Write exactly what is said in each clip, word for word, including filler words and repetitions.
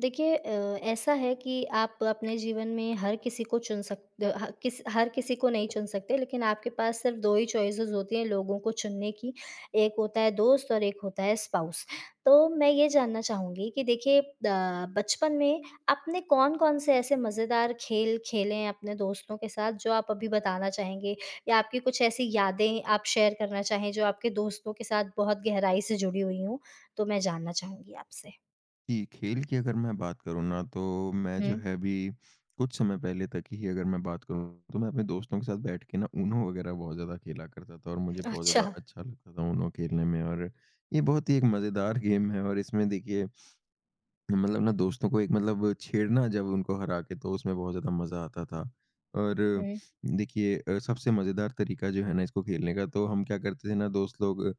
देखिए अ, ऐसा है कि आप अपने जीवन में हर किसी को चुन सकते ह किस हर किसी को नहीं चुन सकते, लेकिन आपके पास सिर्फ़ दो ही चॉइसेस होती हैं लोगों को चुनने की, एक होता है दोस्त और एक होता है स्पाउस। तो मैं ये जानना चाहूँगी कि देखिए अ, बचपन में आपने कौन-कौन से ऐसे मज़ेदार खेल खेले हैं अपने दोस्तों के साथ जो आप अभी बताना चाहेंगे? या आपकी कुछ ऐसी यादें आप शेयर करना चाहें जो आपके दोस्तों के साथ बहुत गहराई से जुड़ी हुई हों? तो मैं जानना चाहूँगी आपसे। जी, खेल की अगर मैं बात करूँ ना तो मैं जो हुँ, है अभी कुछ समय पहले तक ही अगर मैं बात करूँ तो मैं अपने दोस्तों के साथ बैठ के ना ऊनो वगैरह बहुत ज़्यादा खेला करता था और मुझे बहुत अच्छा। ज़्यादा अच्छा लगता था ऊनो खेलने में। और ये बहुत ही एक मज़ेदार गेम है और इसमें देखिए मतलब ना दोस्तों को एक मतलब छेड़ना जब उनको हरा के तो उसमें बहुत ज़्यादा मज़ा आता था। और हुँ, देखिए अ, सबसे मज़ेदार तरीका जो है ना इसको खेलने का तो हम क्या करते थे ना दोस्त लोग अ,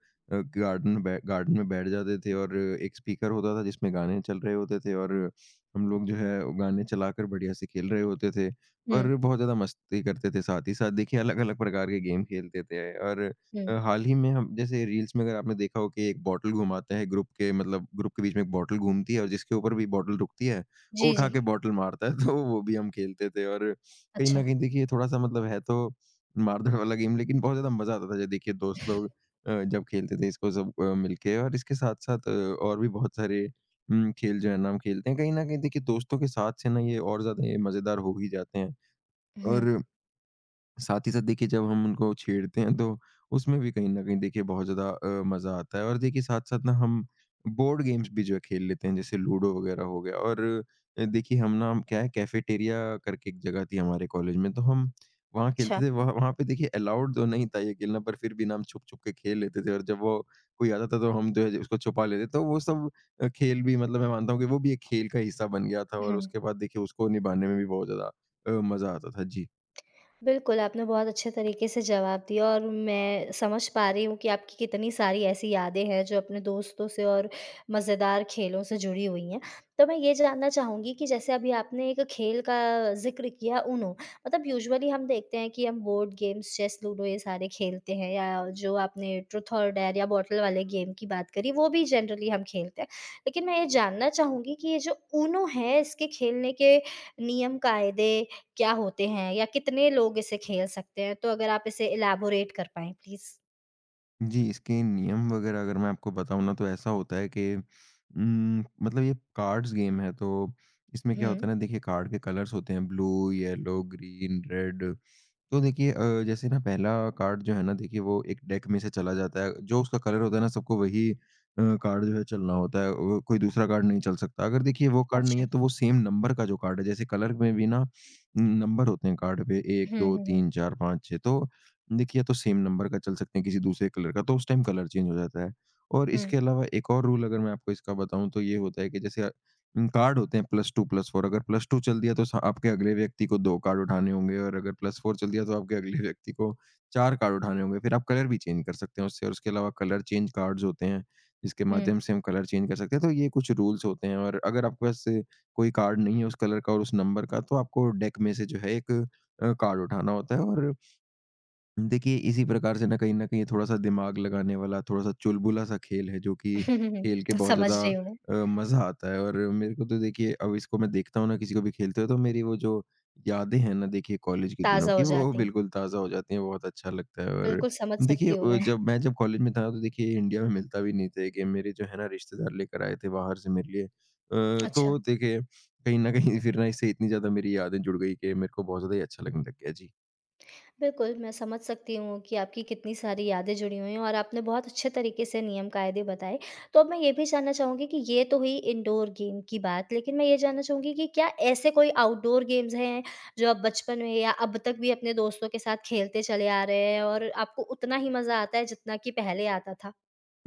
गार्डन में बै गार्डन में बैठ जाते थे और एक स्पीकर होता था जिसमें गाने चल रहे होते थे और हम लोग जो है गाने चलाकर बढ़िया से खेल रहे होते थे हुँ, और बहुत ज़्यादा मस्ती करते थे। साथ ही साथ देखिए अलग-अलग प्रकार के गेम खेलते थे और हुँ। अ, हाल ही में हम जैसे रील्स में अगर आपने देखा हो कि एक बॉटल घुमाते हैं ग्रुप के मतलब ग्रुप के बीच में, एक बॉटल घूमती है और जिसके ऊपर भी बॉटल रुकती है, वो जी, उठा जी। के बॉटल मारता है, तो वो भी हम खेलते थे। और कहीं अच्छा। न कहीं देखिए थोड़ा-सा मतलब है तो मार-धाड़ वाला गेम, लेकिन बहुत ज़्यादा मज़ा आता था। जब देखिए दोस्त लोग अ, जब खेलते थे इसको सब अ, मिलके। और इसके साथ-साथ अ, और भी बहुत सारे उम, खेल जो है ना हम खेलते हैं। कहीं न कहीं देखिए दोस्तों के साथ से ना ये और ज़्यादा ये मज़ेदार हो ही जाते हैं। हुँ, और साथ ही साथ देखिए जब हम उनको छेड़ते हैं तो उसमें भी कहीं न कहीं देखिए बहुत ज़्यादा अ, मज़ा आता है। और देखिए साथ-साथ ना हम बोर्ड गेम्स भी जो है खेल लेते हैं, जैसे लूडो वग़ैरह हो गया। और अ, देखिए हम ना क्या है कैफ़ेटेरिया करके एक जगह थी हमारे कॉलेज में, तो हम वहाँ अच्छा। खेलते थे। वहाँ वहाँ पे देखिए अलाउड तो नहीं था ये खेलना, पर फिर भी ना हम छुप-छुप के खेल लेते थे और जब वो कोई आता था तो हम जो है उसको छुपा लेते, तो वो सब अ, खेल भी मतलब मैं मानता हूँ कि वो भी एक खेल का हिस्सा बन गया था और हुँ। उसके बाद देखिए उसको निभाने में भी बहुत ज़्यादा अ, मज़ा आता था। जी। बिल्कुल, आपने बहुत अच्छे तरीके से जवाब दिया और मैं समझ पा रही हूँ कि आपकी कितनी सारी ऐसी यादें हैं जो अपने दोस्तों से और मज़ेदार खेलों से जुड़ी हुई हैं। तो मैं ये जानना चाहूँगी कि जैसे अभी आपने एक खेल का ज़िक्र किया ऊनो, मतलब यूजुअली हम देखते हैं कि हम बोर्ड गेम्स, चेस, लूडो ये सारे खेलते हैं या जो आपने ट्रुथ और डेयर या बॉटल वाले गेम की बात करी वो भी जनरली हम खेलते हैं। लेकिन मैं ये जानना चाहूँगी कि ये जो ऊनो है इसके खेलने के नियम, कायदे क्या होते हैं या कितने लोग इसे खेल सकते हैं? तो अगर आप इसे इलैबोरेट कर पाएँ प्लीज़। जी, इसके नियम वगैरह अगर मैं आपको बताऊँ ना तो ऐसा होता है कि उम, मतलब ये कार्ड्स गेम है तो इसमें क्या हुँ। होता है ना देखिए कार्ड के कलर्स होते हैं ब्लू, येलो, ग्रीन, रेड। तो देखिए अ, जैसे ना पहला कार्ड जो है ना देखिए वो एक डेक में से चला जाता है। जो उसका कलर होता है ना सबको वही अ, कार्ड जो है चलना होता है। वो कोई दूसरा कार्ड नहीं चल सकता। अगर देखिए वो कार्ड नहीं अच्छा। है तो वो सेम नंबर का जो कार्ड है, जैसे कलर में भी ना नंबर होते हैं कार्ड पे एक, हुँ, दो, हुँ, हुँ। तीन, चार, पांच, छह, तो देखिए या तो सेम नंबर का चल सकते हैं किसी दूसरे कलर का, तो उस टाइम कलर चेंज हो जाता है। और हुँ, इसके अलावा एक और रूल अगर मैं आपको इसका बताऊँ तो ये होता है कि जैसे उम, कार्ड होते हैं प्लस टू, प्लस फोर। अगर प्लस टू चल दिया तो स आपके अगले व्यक्ति को दो कार्ड उठाने होंगे और अगर प्लस फोर चल दिया तो आपके अगले व्यक्ति को चार कार्ड उठाने होंगे। फिर आप कलर भी चेंज कर सकते हैं उससे। और उसके अलावा कलर चेंज कार्ड्स होते हैं, जिसके हुँ। माध्यम से हम कलर चेंज कर सकते हैं। तो ये कुछ रूल्स होते हैं। और अगर आपके पास अ, कोई कार्ड नहीं है उस कलर का और उस नंबर का तो आपको डेक में से जो है एक अ, कार्ड उठाना होता है। और देखिए, इसी प्रकार से ना कहीं न कहीं ये थोड़ा-सा दिमाग लगाने वाला, थोड़ा-सा चुलबुला-सा खेल है, जो कि खेल के बहुत समझ ज़्यादा रही हूँ मैं। अ, मज़ा आता है। और मेरे को तो देखिए अब इसको मैं देखता हूँ ना किसी को भी खेलते हुए, तो मेरी वो जो यादें हैं ना देखिए कॉलेज के दिनों ताज़ा हो की, वो जाती। बिल्कुल ताज़ा हो जाती हैं, बहुत अच्छा लगता है। और बिल्कुल समझ देखिए सकती हूँ अ, मैं। जब मैं जब कॉलेज में था, तो देखिए इंडिया में मिलता भी नहीं था ये गेम, मेरे जो है ना रिश्तेदार लेकर आए थे बाहर से मेरे लिए। अ, अच्छा। तो देखिए, कहीं न कहीं फिर ना इससे इतनी ज़्यादा मेरी यादें जुड़ गई कि मेरे को बहुत ज़्यादा ही अच्छा लगने लग गया। जी। बिल्कुल, मैं समझ सकती हूँ कि आपकी कितनी सारी यादें जुड़ी हुई हैं और आपने बहुत अच्छे तरीके से नियम-कायदे बताए। तो अब मैं ये भी जानना चाहूँगी कि ये तो हुई इंडोर गेम की बात, लेकिन मैं ये जानना चाहूँगी कि क्या ऐसे कोई आउटडोर गेम्स हैं, जो आप बचपन में या अब तक भी अपने दोस्तों के साथ खेलते चले आ रहे हैं और आपको उतना ही मज़ा आता है जितना कि पहले आता था?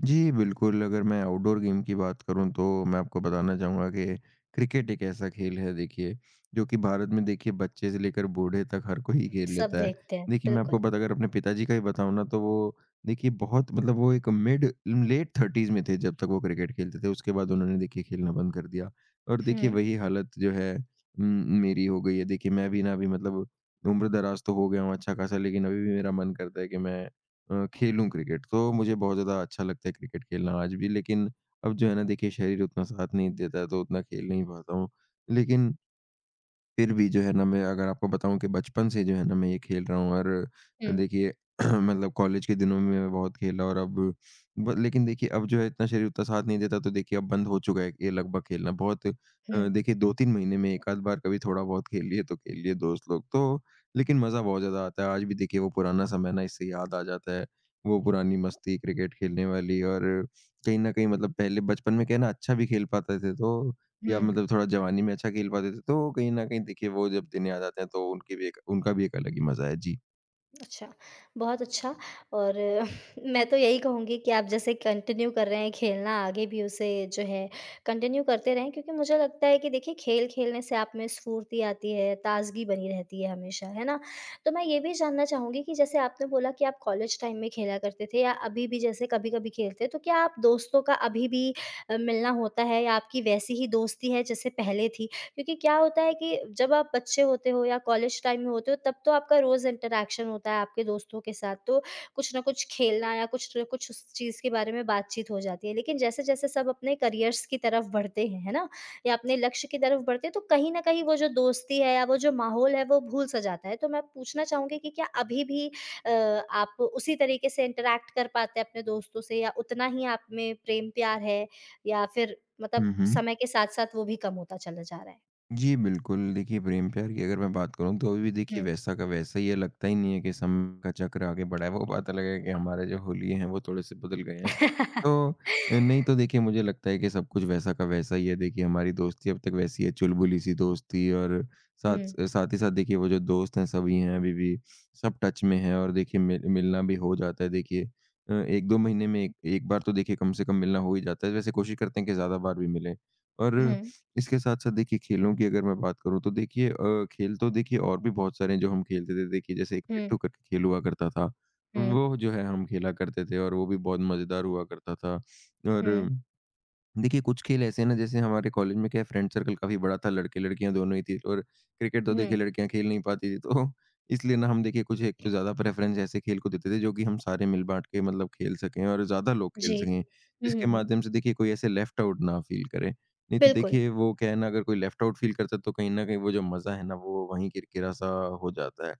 जी, बिल्कुल, अगर मैं आउटडोर गेम की बात करूँ तो मैं आपको बताना चाहूँगा कि क्रिकेट एक ऐसा खेल है देखिए, जो कि भारत में देखिए बच्चे से लेकर बूढ़े तक हर कोई खेल सब लेता है। देखते हैं, देखिए मैं आपको बिल्कुल। बता अगर अपने पिताजी का ही बताऊँ ना तो वो देखिए बहुत मतलब वो एक मिड लेट थर्टीज़ में थे जब तक वो क्रिकेट खेलते थे, उसके बाद उन्होंने देखिए खेलना बंद कर दिया। और हुँ, देखिए वही हालत जो है उम, मेरी हो गई है। देखिए मैं भी ना अभी मतलब उम्र-दराज़ तो हो गया हूँ अच्छा-खासा, लेकिन अभी भी मेरा मन करता है कि मैं अ, खेलूँ क्रिकेट, तो मुझे बहुत ज़्यादा अच्छा लगता है क्रिकेट खेलना आज भी। लेकिन अब जो है ना देखिए शरीर उतना साथ नहीं देता है, तो उतना खेल नहीं पाता हूँ। लेकिन फिर भी जो है ना, मैं अगर आपको बताऊँ कि बचपन से जो है ना मैं ये खेल रहा हूँ। और हुँ, देखिए मतलब कॉलेज के दिनों में मैं बहुत खेला। और अब ब लेकिन देखिए अब जो है इतना शरीर उतना साथ नहीं देता, तो देखिए अब बंद हो चुका है ये लगभग खेलना बहुत। अ, हुँ, देखिए दो तीन महीने में एक आध बार कभी थोड़ा बहुत खेल लिए तो खेल लिए दोस्त लोग तो, लेकिन मज़ा बहुत ज़्यादा आता है। आज भी देखिए वो पुराना समय ना इससे याद आ जाता है, वो पुरानी मस्ती क्रिकेट खेलने वाली। और कहीं न कहीं मतलब पहले बचपन में क्या है ना अच्छा भी खेल पाते थे तो, हुँ। या मतलब थोड़ा जवानी में अच्छा खेल पाते थे, तो कहीं न कहीं देखिए वो जब दिन याद आते हैं तो उनकी भी एक उनका भी एक अलग ही मज़ा है। जी। अच्छा, बहुत अच्छा और मैं तो यही कहूँगी कि आप जैसे कंटिन्यू कर रहे हैं खेलना आगे भी उसे जो है कंटिन्यू करते रहें क्योंकि मुझे लगता है कि देखिए खेल खेलने से आप में स्फूर्ति आती है, ताज़गी बनी रहती है हमेशा, है ना? तो मैं ये भी जानना चाहूँगी कि जैसे आपने बोला कि आप कॉलेज टाइम में खेला करते थे या अभी भी जैसे कभी-कभी खेलते हैं, तो क्या आप दोस्तों का अभी भी अ, मिलना होता है या आपकी वैसी ही दोस्ती है जैसे पहले थी? क्योंकि क्या होता है कि जब आप बच्चे होते हो या कॉलेज टाइम में होते हो तब तो आपका रोज़ इंटरैक्शन होता है आपके दोस्तों के साथ, तो कुछ न कुछ खेलना या कुछ न कुछ उस चीज़ के बारे में बातचीत हो जाती है। लेकिन जैसे-जैसे सब अपने करियर्स की तरफ बढ़ते हैं, है ना? या अपने लक्ष्य की तरफ बढ़ते हैं तो कहीं न कहीं वो जो दोस्ती है या वो जो माहौल है वो भूल-सा जाता है। तो मैं पूछना चाहूँगी कि क्या अभी भी अ, आप उसी तरीके से इंटरैक्ट कर पाते हैं अपने दोस्तों से या उतना ही आप में प्रेम-प्यार है या फिर मतलब हुँ, हुँ। समय के साथ-साथ वो भी कम होता चला जा रहा है? जी, बिल्कुल। देखिए, प्रेम-प्यार की अगर मैं बात करूँ तो अभी भी देखिए हुँ। वैसा का वैसा ही है, लगता ही नहीं है कि समय का चक्र आगे बढ़ा है। वो बात अलग है कि हमारे जो होलिये हैं वो थोड़े-से बदल गए हैं। तो अ, नहीं तो देखिए मुझे लगता है कि सब कुछ वैसा का वैसा ही है। देखिए हमारी दोस्ती अब तक वैसी है, चुलबुली-सी दोस्ती। और हुँ, साथ साथ ही साथ देखिए वो जो दोस्त हैं सभी हैं अभी भी, सब टच में हैं। और देखिए मिल मिलना भी हो जाता है देखिए। अ, एक दो महीने में एक एक बार तो देखिए कम से कम मिलना हो ही जाता है। वैसे कोशिश करते हैं कि ज़्यादा बार भी मिलें। और हुँ, इसके साथ-साथ देखिए खेलों की अगर मैं बात करूँ तो देखिए अ, खेल तो देखिए और भी बहुत सारे हैं जो हम खेलते थे। देखिए जैसे एक हुँ, पिट्ठू करके खेल हुआ करता था। हुँ, वो जो है हम खेला करते थे और वो भी बहुत मज़ेदार हुआ करता था। हुँ, और देखिए, कुछ खेल ऐसे हैं ना, जैसे हमारे कॉलेज में क्या है फ्रेंड सर्कल काफ़ी बड़ा था, लड़के-लड़कियाँ दोनों ही थी। और क्रिकेट तो देखिए हुँ, लड़कियाँ खेल नहीं पाती थी। तो इसलिए ना हम देखिए कुछ एक तो ज़्यादा प्रेफ़रेंस ऐसे खेल को देते थे जो कि हम सारे मिल-बाँट के मतलब खेल सकें और ज़्यादा लोग खेल जी। सकें, हुँ, हुँ, जिसके हुँ। माध्यम से देखिए कोई ऐसे लेफ़्ट आउट ना फ़ील करे। नहीं तो बिल्कुल, देखिए वो क्या है ना, अगर कोई लेफ़्ट आउट फ़ील करता है तो कहीं न कहीं वो जो मज़ा है ना वो वहीं किरकिरा सा हो जाता है।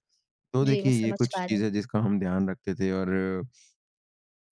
तो जी, मैं देखिए ये समझ कुछ पा रही चीज़ हूँ। है जिसका हम ध्यान रखते थे। और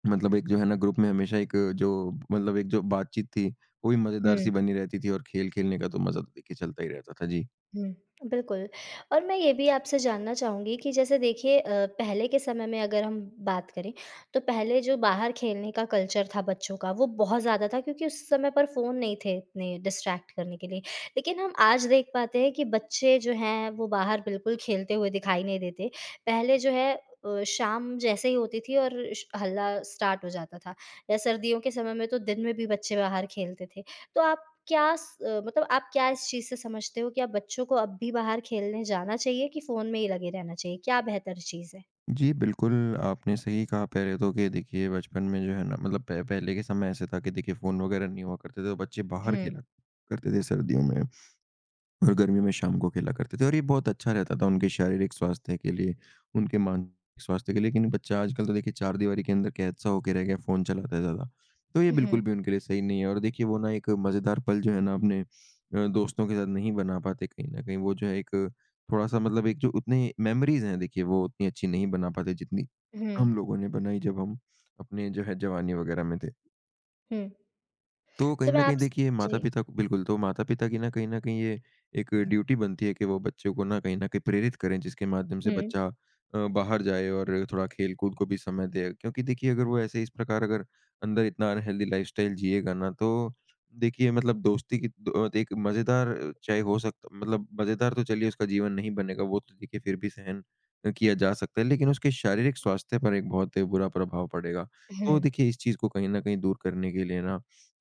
मतलब एक जो है ना ग्रुप में हमेशा एक जो मतलब एक जो बातचीत थी, वो भी मज़ेदार हुँ। सी बनी रहती थी और खेल खेलने का तो मज़ा तो देखिए चलता ही रहता था। जी। हुँ, बिल्कुल। और मैं ये भी आपसे जानना चाहूँगी कि जैसे देखिए अ, पहले के समय में अगर हम बात करें, तो पहले जो बाहर खेलने का कल्चर था बच्चों का, वो बहुत ज़्यादा था क्योंकि उस समय पर फ़ोन नहीं थे इतने डिस्ट्रैक्ट करने के लिए। लेकिन हम आज देख पाते हैं कि बच्चे जो हैं, वो बाहर बिल्कुल खेलते हुए दिखाई नहीं देते। पहले जो है अ, शाम जैसे ही होती थी और श हल्ला स्टार्ट हो जाता था या सर्दियों के समय में तो दिन में भी बच्चे बाहर खेलते थे। तो आप क्या स अ, मतलब आप क्या इस चीज़ से समझते हो कि आप बच्चों को अब भी बाहर खेलने जाना चाहिए कि फ़ोन में ही लगे रहना चाहिए? क्या बेहतर चीज़ है? जी, बिल्कुल, आपने सही कहा पहले तो कि देखिए बचपन में जो है ना मतलब प पहले के समय ऐसे था कि देखिए फ़ोन वगैरह नहीं हुआ करते थे, तो बच्चे बाहर हुँ। खेला करते थे सर्दियों में। और गर्मी में शाम को खेला करते थे, और ये बहुत अच्छा रहता था उनके शारीरिक स्वास्थ्य के लिए, उनके मानसिक स्वास्थ्य के लिए। लेकिन बच्चा आजकल तो देखिए चारदीवारी के अंदर कैद सा होके रह गया, फ़ोन चलाता है ज़्यादा। तो ये बिल्कुल हुँ, भी उनके लिए सही नहीं है। और देखिए वो ना एक मज़ेदार पल जो है ना अपने अ, दोस्तों के साथ नहीं बना पाते कहीं न कहीं। वो जो है एक थोड़ा-सा मतलब एक जो उतने मेमोरीज़ हैं देखिए वो उतनी अच्छी नहीं बना पाते जितनी हुँ, हम लोगों ने बनाई जब हम अपने जो है जवानी वगैरह में थे। हुँ। तो तो कहीं मैं न कहीं आपस देखिए जी। माता-पिता को बिल्कुल, तो माता-पिता की ना कहीं न कहीं ये एक ड्यूटी बनती है कि वो बच्चों को ना कहीं न कहीं प्रेरित करें, जिसके माध्यम से हुँ, बच्चा अ, बाहर जाए और थोड़ा खेल-कूद को भी समय दे। क्योंकि देखिए अगर वो ऐसे इस प्रकार अगर अंदर इतना अनहेल्दी लाइफ़स्टाइल जिएगा ना, तो देखिए मतलब दोस्ती की दो एक मज़ेदार चाहे हो सकता मतलब मज़ेदार तो चलिए उसका जीवन नहीं बनेगा, वो तो देखिए फिर भी सहन अ, किया जा सकता है, लेकिन उसके शारीरिक स्वास्थ्य पर एक बहुत बुरा प्रभाव पड़ेगा। तो हुँ, देखिए इस चीज़ को कहीं न कहीं दूर करने के लिए ना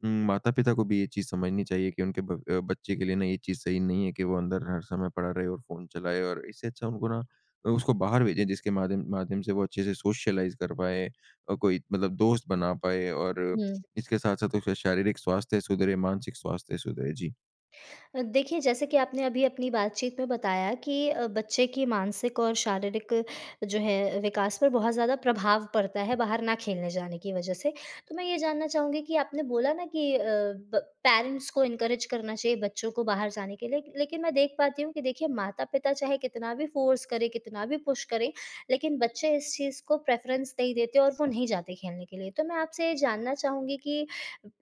उम, माता-पिता को भी ये चीज़ समझनी चाहिए कि उनके ब अ, बच्चे के लिए ना ये चीज़ सही नहीं है कि वो अंदर हर समय पड़ा रहे और फ़ोन चलाए, और इससे अच्छा उनको ना अ, उसको बाहर भेजें, जिसके माध्यम माध्यम से वो अच्छे से सोशलाइज़ कर पाए और कोई मतलब दोस्त बना पाए और हुँ। इसके साथ-साथ उसका शारीरिक स्वास्थ्य सुधरे, मानसिक स्वास्थ्य सुधरे। जी, अ, देखिए, जैसे कि आपने अभी अपनी बातचीत में बताया कि अ, बच्चे की मानसिक और शारीरिक जो है विकास पर बहुत ज़्यादा प्रभाव पड़ता है बाहर ना खेलने जाने की वज़ह से। तो मैं ये जानना चाहूँगी कि आपने बोला ना कि अ, ब पेरेंट्स को एनकरेज करना चाहिए बच्चों को बाहर जाने के लिए, लेकिन मैं देख पाती हूँ कि देखिए माता-पिता चाहे कितना भी फ़ोर्स करें, कितना भी पुश करें, लेकिन बच्चे इस चीज़ को प्रेफ़रेंस नहीं देते और वो नहीं जाते खेलने के लिए। तो मैं आपसे ये जानना चाहूँगी कि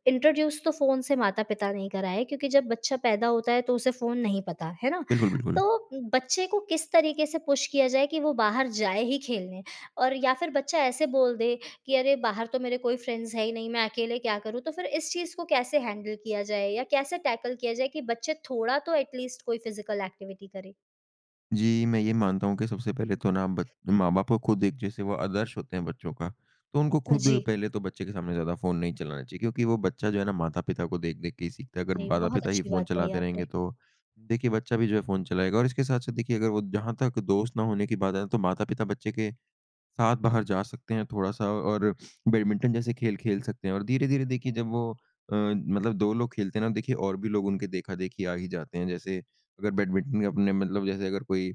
इंट्रोड्यूस तो फ़ोन से माता-पिता ने ही करा है क्योंकि जब बच्चा पैदा होता है तो उसे फ़ोन नहीं पता, है ना? बिल्कुल, बिल्कुल। तो बच्चे को किस तरीके से पुश किया जाए कि वो बाहर जाए ही खेलने और या फिर बच्चा ऐसे बोल दे कि अरे बाहर तो मेरे कोई फ्रेंड्स है ही नहीं, मैं अकेले क्या करूँ? तो फिर इस चीज़ को कैसे हैंडल किया जाए या कैसे टैकल किया जाए कि बच्चे थोड़ा तो एटलीस्ट कोई फ़िज़िकल एक्टिविटी करें? जी, मैं ये मानता हूँ कि सबसे पहले तो ना बच माँ-बाप को खुद, एक जैसे वो आदर्श होते हैं बच्चों का, तो उनको खुद जी, पहले तो बच्चे के सामने ज़्यादा फ़ोन नहीं चलाना चाहिए, क्योंकि वो बच्चा जो है ना माता-पिता को देख-देख के ही सीखता है। अगर जी, बहुत माता-पिता ही अच्छी बात फ़ोन कही चलाते आपने। रहेंगे तो देखिए बच्चा भी जो है फ़ोन चलाएगा। और इसके साथ-साथ देखिए, अगर वो जहाँ तक दोस्त ना होने की बात है, तो माता-पिता बच्चे के साथ बाहर जा सकते हैं थोड़ा-सा, और बैडमिंटन जैसे खेल खेल सकते हैं। और धीरे-धीरे देखिए जब वो अ, मतलब दो लोग खेलते हैं ना, देखिए और भी लोग उनके देखा-देखी आ ही जाते हैं। जैसे अगर बैडमिंटन का अपने मतलब, जैसे अगर कोई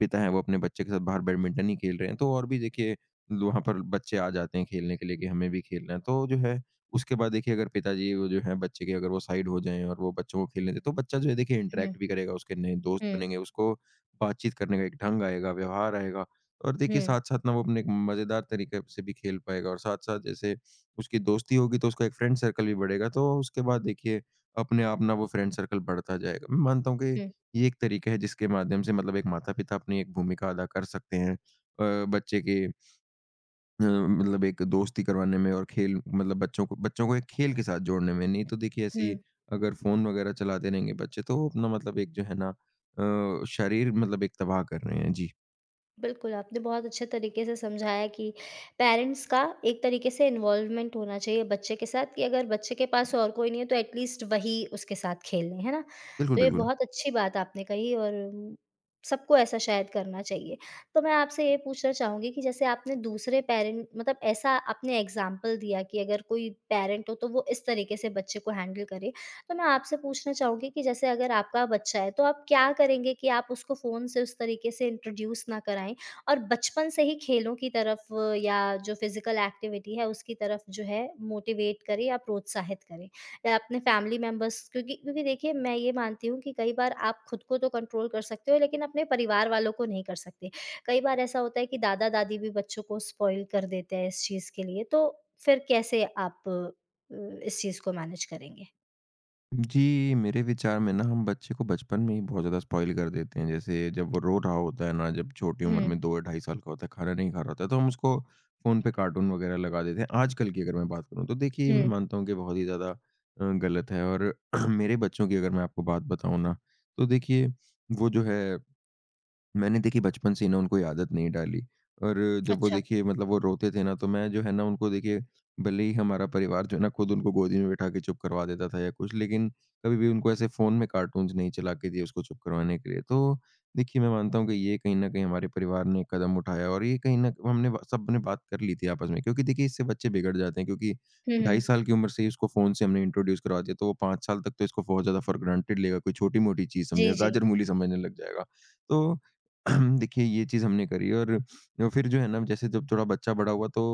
पिता है, वो अपने बच्चे के साथ बाहर बैडमिंटन ही खेल रहे हैं, तो और भी देखिए वहाँ पर बच्चे आ जाते हैं खेलने के लिए कि हमें भी खेलना है। तो जो है उसके बाद देखिए, अगर पिताजी वो जो है बच्चे के अगर वो साइड हो जाएँ और वो बच्चों को खेलने दें, तो बच्चा जो है देखिए हुँ, इंटरैक्ट भी करेगा, उसके नए दोस्त हुँ, बनेंगे, उसको बातचीत करने का एक ढंग आएगा, व्यवहार आएगा। और देखिए हुँ, साथ-साथ ना वो अपने एक मज़ेदार तरीके से भी खेल पाएगा, और साथ-साथ जैसे उसकी दोस्ती होगी तो उसका एक फ्रेंड सर्कल भी बढ़ेगा, तो उसके बाद देखिए अपने आप ना वो फ्रेंड सर्कल बढ़ता जाएगा। मैं मानता हूँ कि हुँ, ये एक तरीका है जिसके माध्यम से मतलब एक माता-पिता अपनी एक भूमिका अदा कर सकते हैं अ, बच्चे के अ, मतलब एक दोस्ती करवाने में, और खेल मतलब बच्चों को बच्चों को एक खेल के साथ जोड़ने में। नहीं तो देखिए ऐसे ही हुँ। अगर फ़ोन वगैरह चलाते रहेंगे बच्चे, तो अपना मतलब एक जो है ना अ, शरीर मतलब एक तबाह कर रहे हैं। जी, बिल्कुल, आपने बहुत अच्छे तरीके से समझाया कि पेरेंट्स का एक तरीके से इन्वॉल्वमेंट होना चाहिए बच्चे के साथ कि अगर बच्चे के पास और कोई नहीं है तो एटलीस्ट वही उसके साथ खेलें, है ना? बिल्कुल, तो ये बिल्कुल। बहुत अच्छी बात आपने कही और म, सबको ऐसा शायद करना चाहिए। तो मैं आपसे ये पूछना चाहूँगी कि जैसे आपने दूसरे पेरेंट मतलब ऐसा आपने एग्ज़ाम्पल दिया कि अगर कोई पेरेंट हो तो वो इस तरीके से बच्चे को हैंडल करे। तो ना आपसे पूछना चाहूँगी कि जैसे अगर आपका बच्चा है, तो आप क्या करेंगे कि आप उसको फ़ोन से उस तरीके से इंट्रोड्यूस ना कराएँ और बचपन से ही खेलों की तरफ अ, या जो फ़िज़िकल एक्टिविटी है, उसकी तरफ जो है मोटिवेट करें या प्रोत्साहित करें? या अपने फ़ैमिली मेंबर्स क्योंकि क्योंकि देखिए मैं ये मानती हूँ कि कई बार आप खुद को तो कंट्रोल कर सकते हो, लेकिन अपने परिवार वालों को नहीं कर सकते। कई बार ऐसा होता है कि दादा-दादी भी बच्चों को स्पॉइल कर देते हैं इस चीज़ के लिए, तो फिर कैसे आप अ, इस चीज़ को मैनेज करेंगे? जी, मेरे विचार में ना हम बच्चे को बचपन में ही बहुत ज़्यादा स्पॉइल कर देते हैं। जैसे जब वो रो रहा होता है ना, जब छोटी उम्र हुँ। में दो या ढाई साल का होता है, खाना नहीं खा रहा होता है, तो हम उसको फ़ोन पे कार्टून वगैरह लगा देते हैं। आजकल की अगर मैं बात करूँ तो देखिए, ये मैं हुँ, मानता हूँ कि बहुत ही ज़्यादा अ, गलत है। और मेरे बच्चों की अगर मैं आपको बात बताऊँ ना, तो देखिए वो जो है मैंने देखिए बचपन से ही ना उनको ये आदत नहीं डाली। और जब वो अच्छा। देखिए मतलब वो रोते थे ना, तो मैं जो है ना उनको देखिए, भले ही हमारा परिवार जो है ना खुद उनको गोदी में बैठा के चुप करवा देता था या कुछ, लेकिन कभी भी उनको ऐसे फोन में कार्टून्स नहीं चला के दिए उसको चुप करवाने के लिए। तो देखिए मैं मानता हूँ कि ये कहीं ना कहीं हमारे परिवार ने कदम उठाया, और ये कहीं ना हमने बा- सबने बात कर ली थी आपस में, क्योंकि देखिए इससे बच्चे बिगड़ जाते हैं, क्योंकि हुँ, ढाई हुँ। साल की उम्र से ही उसको फोन से हमने इंट्रोड्यूस करवा दिया, तो वो पाँच साल तक तो इसको बहुत ज्यादा फॉर ग्रांटेड लेगा, कोई छोटी मोटी चीज जी, समझेगा, जी। गाजर मूली समझने लग जाएगा। तो देखिए ये चीज़ हमने करी, और अ, फिर जो है ना जैसे जब थोड़ा बच्चा बड़ा हुआ, तो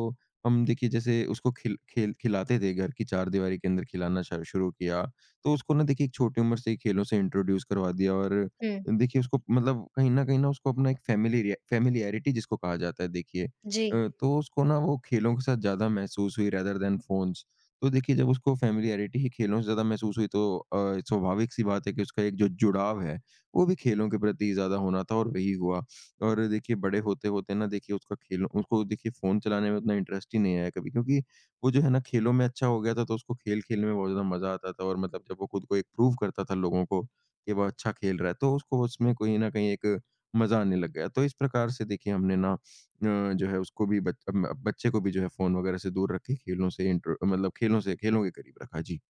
हम देखिए जैसे उसको खिल खेल खिलाते थे, घर की चारदीवारी के अंदर खिलाना शा- शुरू किया। तो उसको ना देखिए एक छोटी उम्र से ही खेलों से इंट्रोड्यूस करवा दिया, और हुँ, देखिए उसको मतलब कहीं न कहीं न उसको अपना एक फ़ैमिलिरिया फ़ैमिलियैरिटी जिसको कहा जाता है देखिए जी, अ, तो उसको ना वो खेलों के साथ ज़्यादा महसूस हुई रेदर दैन फ़ोन्स। तो देखिए जब उसको फ़ैमिलियैरिटी ही खेलों से ज़्यादा महसूस हुई, तो अ, स्वाभाविक सी बात है कि उसका एक जो जुड़ाव है वो भी खेलों के प्रति ज़्यादा होना था, और वही हुआ। और देखिए बड़े होते-होते ना, देखिए उसका खेलों उसको देखिए फ़ोन चलाने में उतना इंटरेस्ट ही नहीं आया कभी, क्योंकि वो जो है ना खेलों में अच्छा हो गया था, तो उसको खेल-खेल में बहुत ज़्यादा मज़ा आता था। और मतलब जब वो खुद को एक प्रूव करता था लोगों को कि वो अच्छा खेल रहा है, तो उसको उसमें कहीं न कहीं एक मज़ा आने लग गया। तो इस प्रकार से देखिए हमने ना अ, जो है उसको भी बच अम, बच्चे को भी जो है फ़ोन वगैरह से दूर रख के खेलों से इंटर मतलब खेलों से खेलों के करीब रखा। जी।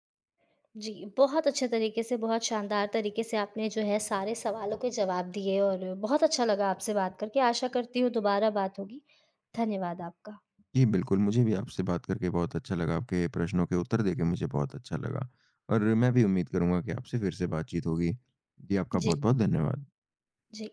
जी। बहुत अच्छे तरीके से, बहुत शानदार तरीके से आपने जो है सारे सवालों के जवाब दिए और बहुत अच्छा लगा आपसे बात करके। आशा करती हूँ दोबारा बात होगी। धन्यवाद आपका। जी, बिल्कुल, मुझे भी आपसे बात करके बहुत अच्छा लगा, आपके प्रश्नों के उत्तर देके मुझे बहुत अच्छा लगा, और मैं भी उम्मीद करूँगा कि आपसे फिर से बातचीत होगी। जी, आपका जी, बहुत-बहुत धन्यवाद। जी।